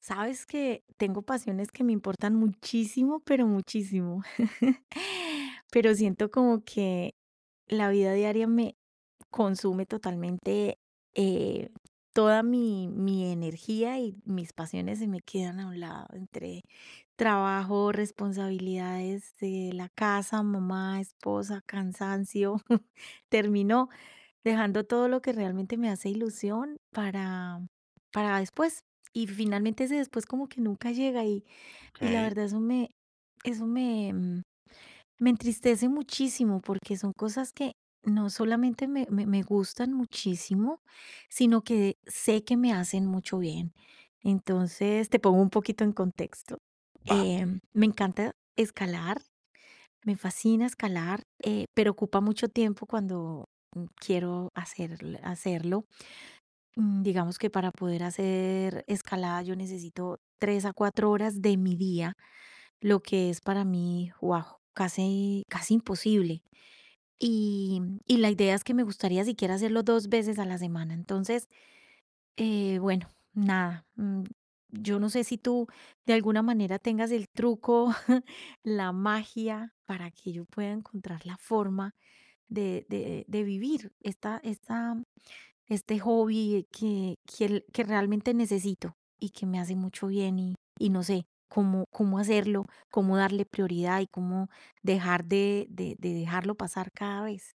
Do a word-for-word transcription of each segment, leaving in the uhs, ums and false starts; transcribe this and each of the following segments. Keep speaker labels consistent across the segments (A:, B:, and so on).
A: Sabes que tengo pasiones que me importan muchísimo, pero muchísimo. Pero siento como que la vida diaria me consume totalmente, eh, toda mi, mi energía y mis pasiones se me quedan a un lado entre trabajo, responsabilidades de la casa, mamá, esposa, cansancio. Terminó. Dejando todo lo que realmente me hace ilusión para para después. Y finalmente ese después como que nunca llega. Y y la
B: Okey,
A: verdad eso me eso me, mm, me entristece muchísimo porque son cosas que no solamente me me me gustan muchísimo, sino que sé que me hacen mucho bien. Entonces, te pongo un poquito en contexto.
B: va.
A: Em, me encanta escalar, me fascina escalar, eh, pero ocupa mucho tiempo cuando, mm, quiero hacer hacerlo. Mm, Digamos que para poder hacer escalada yo necesito tres a cuatro horas de mi día, lo que es para mí, wow, casi, casi imposible. Y, mm, y la idea es que me gustaría siquiera hacerlo dos veces a la semana. Entonces, eh, bueno, nada. mm, Yo no sé si tú de alguna manera tengas el truco la magia para que yo pueda encontrar la forma de, de, de vivir esta, esta, este hobby que, que, el- que realmente necesito y que me hace mucho bien, y, y no sé cómo, cómo hacerlo, cómo darle prioridad y cómo dejar de, de, de dejarlo pasar cada vez.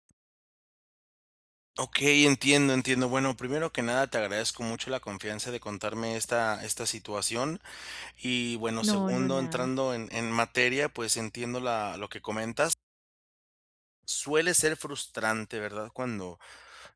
B: Y Entiendo, entiendo. Bueno, primero que nada, te agradezco mucho la confianza de contarme esta esta situación. Y bueno,
A: No, no,
B: segundo,
A: nada.
B: entrando en en materia, pues entiendo la lo que comentas. Suele ser frustrante, ¿verdad? Cuando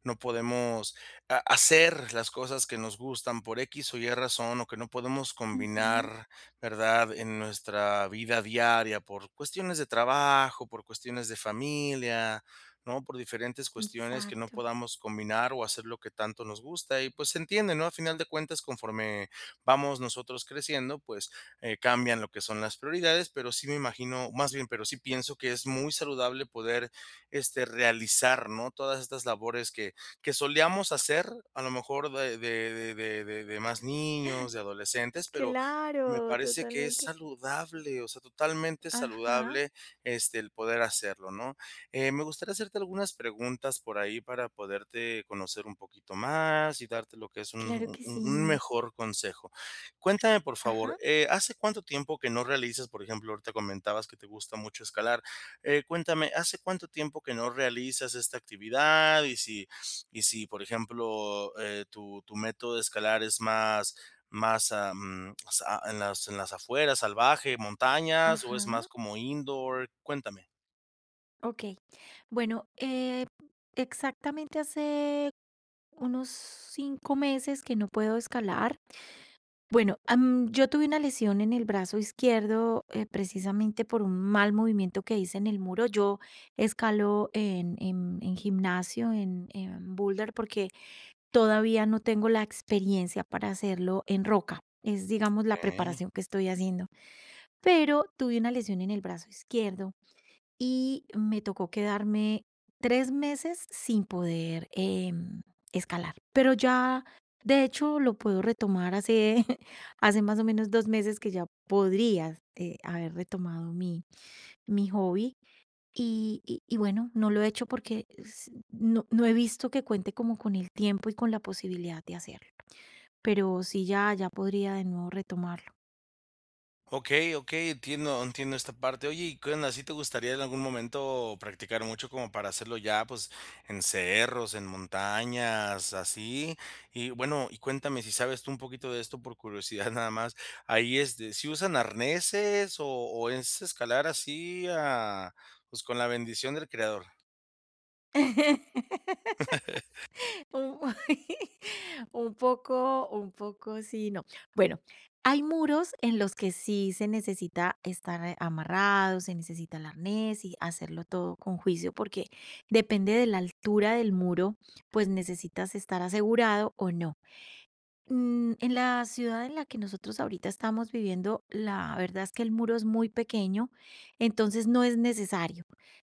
B: no podemos a- hacer las cosas que nos gustan por X o Y razón o que no podemos
A: Ujú.
B: combinar, ¿verdad? En nuestra vida diaria por cuestiones de trabajo, por cuestiones de familia, ¿no? Por diferentes cuestiones que no
A: Exacto.
B: podamos combinar o hacer lo que tanto nos gusta. Y pues se entiende, ¿no? A final de cuentas, conforme vamos nosotros creciendo, pues eh, cambian lo que son las prioridades, pero sí me imagino, más bien, pero sí pienso que es muy saludable poder este, realizar, ¿no? Todas estas labores que que solíamos hacer, a lo mejor de de de de de de más
A: Cl-
B: niños, de adolescentes, pero me
A: Claro,
B: parece que es
A: totalmente.
B: saludable, o sea, totalmente
A: Ajá,
B: saludable, este, el poder hacerlo, ¿no? Eh, me gustaría hacerte algunas preguntas por ahí para poderte conocer un poquito más y darte lo que es
A: claro
B: un
A: que
B: un un
A: sí.
B: mejor consejo. Cuéntame, por favor,
A: Ajá,
B: eh, ¿hace cuánto tiempo que no realizas? Por ejemplo, ahorita comentabas que te gusta mucho escalar. Eh, cuéntame, ¿hace cuánto tiempo que no realizas esta actividad? Y si y si, por ejemplo, eh, tu tu método de escalar es más más, ah, mm, sa en las en las afueras, salvaje, montañas, ¿o es más
A: ajá.
B: como indoor? Cuéntame.
A: Ok. Bueno, eh, exactamente hace unos cinco meses que no puedo escalar. Bueno, am, yo tuve una lesión en el brazo izquierdo, eh, precisamente por un mal movimiento que hice en el muro. Yo escalo en, en- en gimnasio, en, en boulder, porque todavía no tengo la experiencia para hacerlo en roca. Es, digamos, la
B: Ok.
A: preparación que estoy haciendo. Pero tuve una lesión en el brazo izquierdo y me tocó quedarme tres meses sin poder, em, escalar. Pero ya, de hecho, lo puedo retomar hace hace más o menos dos meses que ya podría, eh, haber retomado mi mi hobby. Y y y bueno, no lo he hecho porque s no no he visto que cuente como con el tiempo y con la posibilidad de hacerlo. Pero sí, ya ya podría de nuevo retomarlo.
B: Okey, okey, entiendo entiendo esta parte. Oye, ¿y qué onda? ¿Sí te gustaría en algún momento practicar mucho como para hacerlo ya, pues, en cerros, en montañas, así? Y bueno, y cuéntame si sabes tú un poquito de esto por curiosidad nada más. Ahí, este, ¿si usan arneses o o es escalar así a pues, con la bendición del creador?
A: Un un poco un poco sí, no. Bueno, hay muros en los que sí se necesita estar, eh, amarrado, se necesita el arnés y hacerlo todo con juicio, porque depende de la altura del muro, pues necesitas estar asegurado o no. Mm, En la ciudad en la que nosotros ahorita estamos viviendo, la verdad es que el muro es muy pequeño, entonces no es necesario.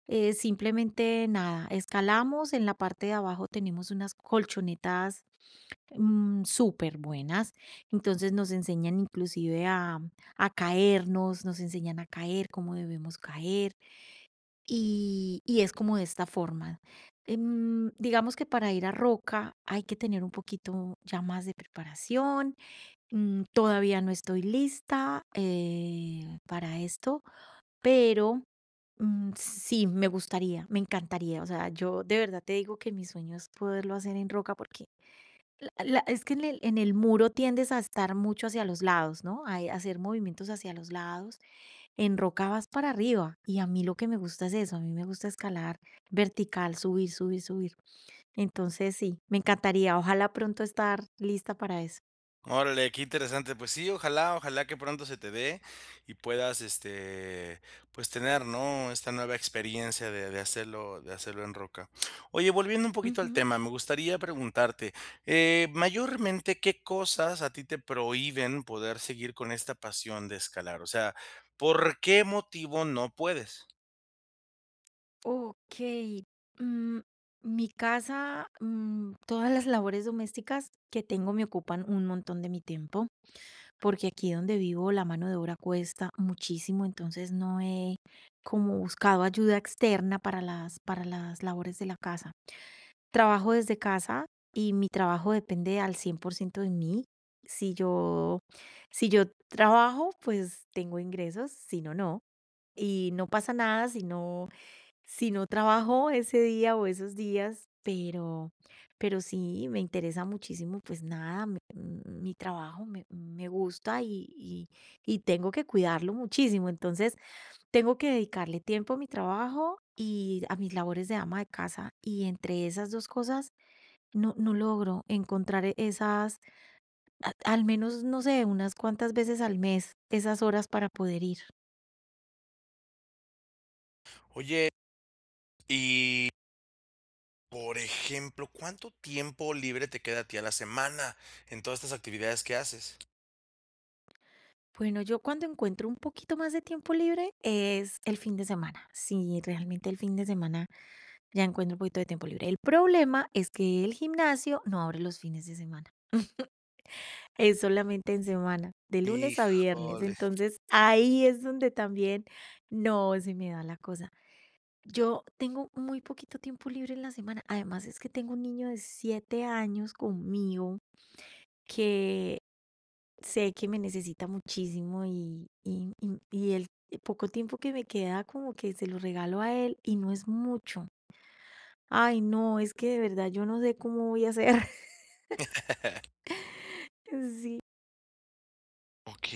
A: Eh, simplemente nada, escalamos. En la parte de abajo tenemos unas colchonetas, mm, súper buenas. Entonces nos enseñan inclusive a, a caernos, nos enseñan a caer, cómo debemos caer, y, y es como de esta forma. Em, digamos que para ir a roca hay que tener un poquito ya más de preparación. Mm, todavía no estoy lista, eh, para esto, pero, mm, sí, me gustaría, me encantaría. O sea, yo de verdad te digo que mi sueño es poderlo hacer en roca porque la la es que en el en el muro tiendes a estar mucho hacia los lados, ¿no? Ay, a hacer movimientos hacia los lados. En roca vas para arriba y a mí lo que me gusta es eso, a mí me gusta escalar vertical, subir, subir, subir. Entonces sí, me encantaría, ojalá pronto estar lista para eso.
B: Órale, qué interesante. Pues sí, ojalá, ojalá que pronto se te dé y puedas, este, pues tener, ¿no? Esta nueva experiencia de, de hacerlo, de hacerlo en roca. Oye, volviendo un poquito al
A: Ujú.
B: tema, me gustaría preguntarte, eh, mayormente, ¿qué cosas a ti te prohíben poder seguir con esta pasión de escalar? O sea, ¿por qué motivo no puedes?
A: Okey, mm, mi casa, mm, todas las labores domésticas que tengo me ocupan un montón de mi tiempo, porque aquí donde vivo la mano de obra cuesta muchísimo, entonces no he como buscado ayuda externa para las para las labores de la casa. Trabajo desde casa y mi trabajo depende al cien por ciento de mí. Si yo si yo trabajo, pues tengo ingresos, si no, no. Y no pasa nada si no si no trabajo ese día o esos días, pero, pero sí me interesa muchísimo, pues nada, mi, mi trabajo me, me gusta, y, y, y tengo que cuidarlo muchísimo. Entonces, tengo que dedicarle tiempo a mi trabajo y a mis labores de ama de casa. Y entre esas dos cosas, no, no logro encontrar e- esas, a- al menos, no sé, unas cuantas veces al mes, esas horas para poder ir.
B: Oye, y por ejemplo, ¿cuánto tiempo libre te queda a ti a la semana en todas estas actividades que haces?
A: Bueno, yo cuando encuentro un poquito más de tiempo libre es el fin de semana. Sí, realmente el fin de semana ya encuentro un poquito de tiempo libre. El problema es que el gimnasio no abre los fines de semana, es solamente en semana, de lunes a viernes.
B: Híjole.
A: Entonces ahí es donde también no se me da la cosa. Yo tengo muy poquito tiempo libre en la semana. Además es que tengo un niño de siete años conmigo que sé que me necesita muchísimo, y, y, y- y el poco tiempo que me queda como que se lo regalo a él y no es mucho. Ay, no, es que de verdad yo no sé cómo voy a hacer.
B: Ok,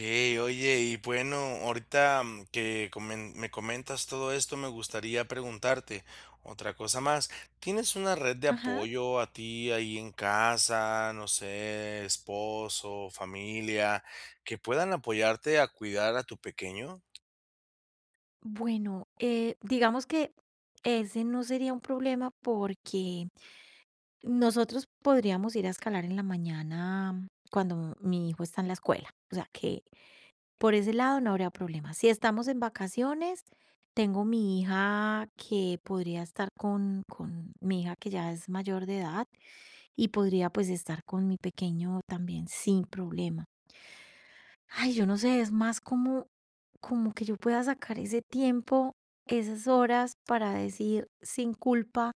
B: oye, y bueno, ahorita mm, que comen- me comentas todo esto, me gustaría preguntarte otra cosa más. ¿Tienes una red de
A: Ajá.
B: apoyo a ti ahí en casa, no sé, esposo, familia, que puedan apoyarte a cuidar a tu pequeño?
A: Bueno, eh, digamos que ese no sería un problema porque nosotros podríamos ir a escalar en la mañana cuando mi hijo está en la escuela. O sea, que por ese lado no habría problema. Si estamos en vacaciones, tengo mi hija que podría estar con, con mi hija que ya es mayor de edad y podría pues estar con mi pequeño también sin problema. Ay, yo no sé, es más como, como que yo pueda sacar ese tiempo, esas horas para decir sin culpa,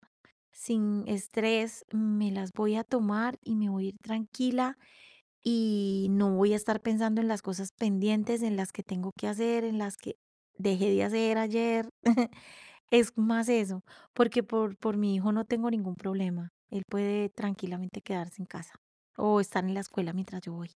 A: sin estrés, me las voy a tomar y me voy a ir tranquila y no voy a estar pensando en las cosas pendientes, en las que tengo que hacer, en las que dejé de hacer ayer. Es más eso, porque por, por mi hijo no tengo ningún problema. Él puede tranquilamente quedarse en casa o estar en la escuela mientras yo voy.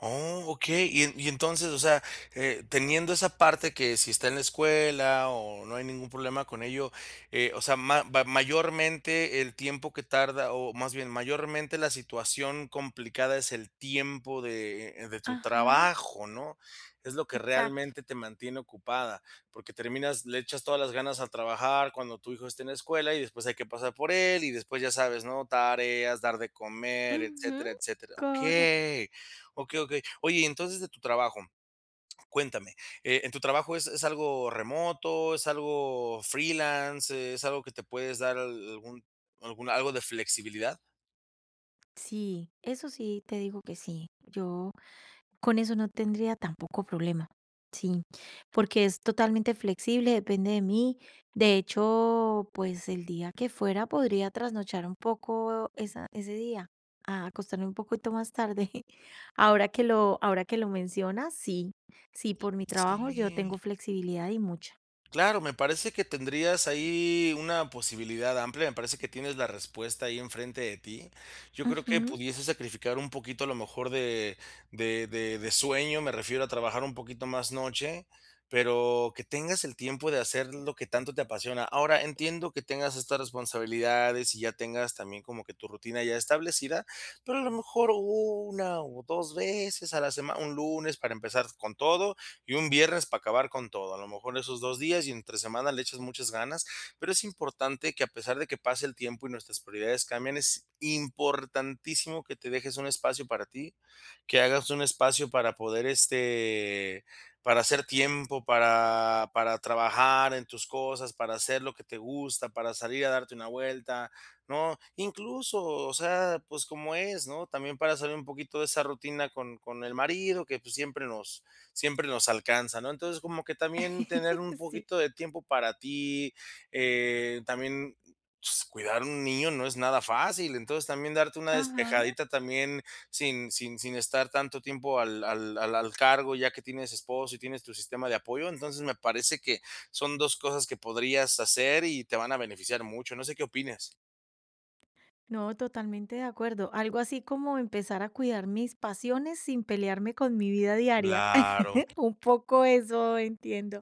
B: Oh, okey. Y en y entonces, o sea, eh, teniendo esa parte que si está en la escuela o no hay ningún problema con ello, eh, o sea, ma va mayormente el tiempo que tarda, o más bien, mayormente la situación complicada es el tiempo de de tu
A: Ajá,
B: trabajo, ¿no? Es lo que
A: exacto.
B: realmente te mantiene ocupada, porque terminas le echas todas las ganas al trabajar cuando tu hijo esté en la escuela y después hay que pasar por él y después ya sabes, ¿no? Tareas, dar de comer,
A: Ujú,
B: etcétera, etcétera.
A: correcto.
B: Okey. Ok, ok. Oye, y entonces de tu trabajo, cuéntame, eh, ¿en tu trabajo es es algo remoto, es algo freelance, eh, es algo que te puedes dar al algún algún algo de flexibilidad?
A: Sí, eso sí, te digo que sí. Yo Con eso no tendría tampoco problema. Sí, porque es totalmente flexible, depende de mí. De hecho, pues el día que fuera podría trasnochar un poco esa, ese día, a acostarme un poquito más tarde. Ahora que lo, ahora que lo mencionas, sí, sí, por mi trabajo yo
B: Sí.
A: tengo flexibilidad y mucha.
B: Claro, me parece que tendrías ahí una posibilidad amplia, me parece que tienes la respuesta ahí enfrente de ti. Yo creo que
A: Ujú.
B: pudiese sacrificar un poquito a lo mejor de, de, de, de sueño, me refiero a trabajar un poquito más noche, pero que tengas el tiempo de hacer lo que tanto te apasiona. Ahora entiendo que tengas estas responsabilidades y ya tengas también como que tu rutina ya establecida, pero a lo mejor una o dos veces a la semana, un lunes para empezar con todo y un viernes para acabar con todo. A lo mejor esos dos días y entre semana le echas muchas ganas, pero es importante que a pesar de que pase el tiempo y nuestras prioridades cambian, es importantísimo que te dejes un espacio para ti, que hagas un espacio para poder este para hacer tiempo, para, para trabajar en tus cosas, para hacer lo que te gusta, para salir a darte una vuelta, ¿no? Incluso, o sea, pues como es, ¿no? También para salir un poquito de esa rutina con, con el marido, que pues siempre nos, siempre nos alcanza, ¿no? Entonces, como que también tener un
A: Sí.
B: poquito de tiempo para ti, eh, también pues, cuidar un niño no es nada fácil, entonces también darte una
A: Ajá.
B: despejadita también sin, sin, sin estar tanto tiempo al, al, al, al cargo, ya que tienes esposo y tienes tu sistema de apoyo, entonces me parece que son dos cosas que podrías hacer y te van a beneficiar mucho, no sé qué opinas.
A: No, totalmente de acuerdo. Algo así como empezar a cuidar mis pasiones sin pelearme con mi vida diaria.
B: Claro.
A: Un poco eso entiendo.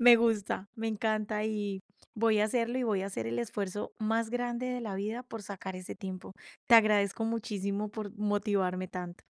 A: Me gusta, me encanta y voy a hacerlo y voy a hacer el esfuerzo más grande de la vida por sacar ese tiempo. Te agradezco muchísimo por motivarme tanto.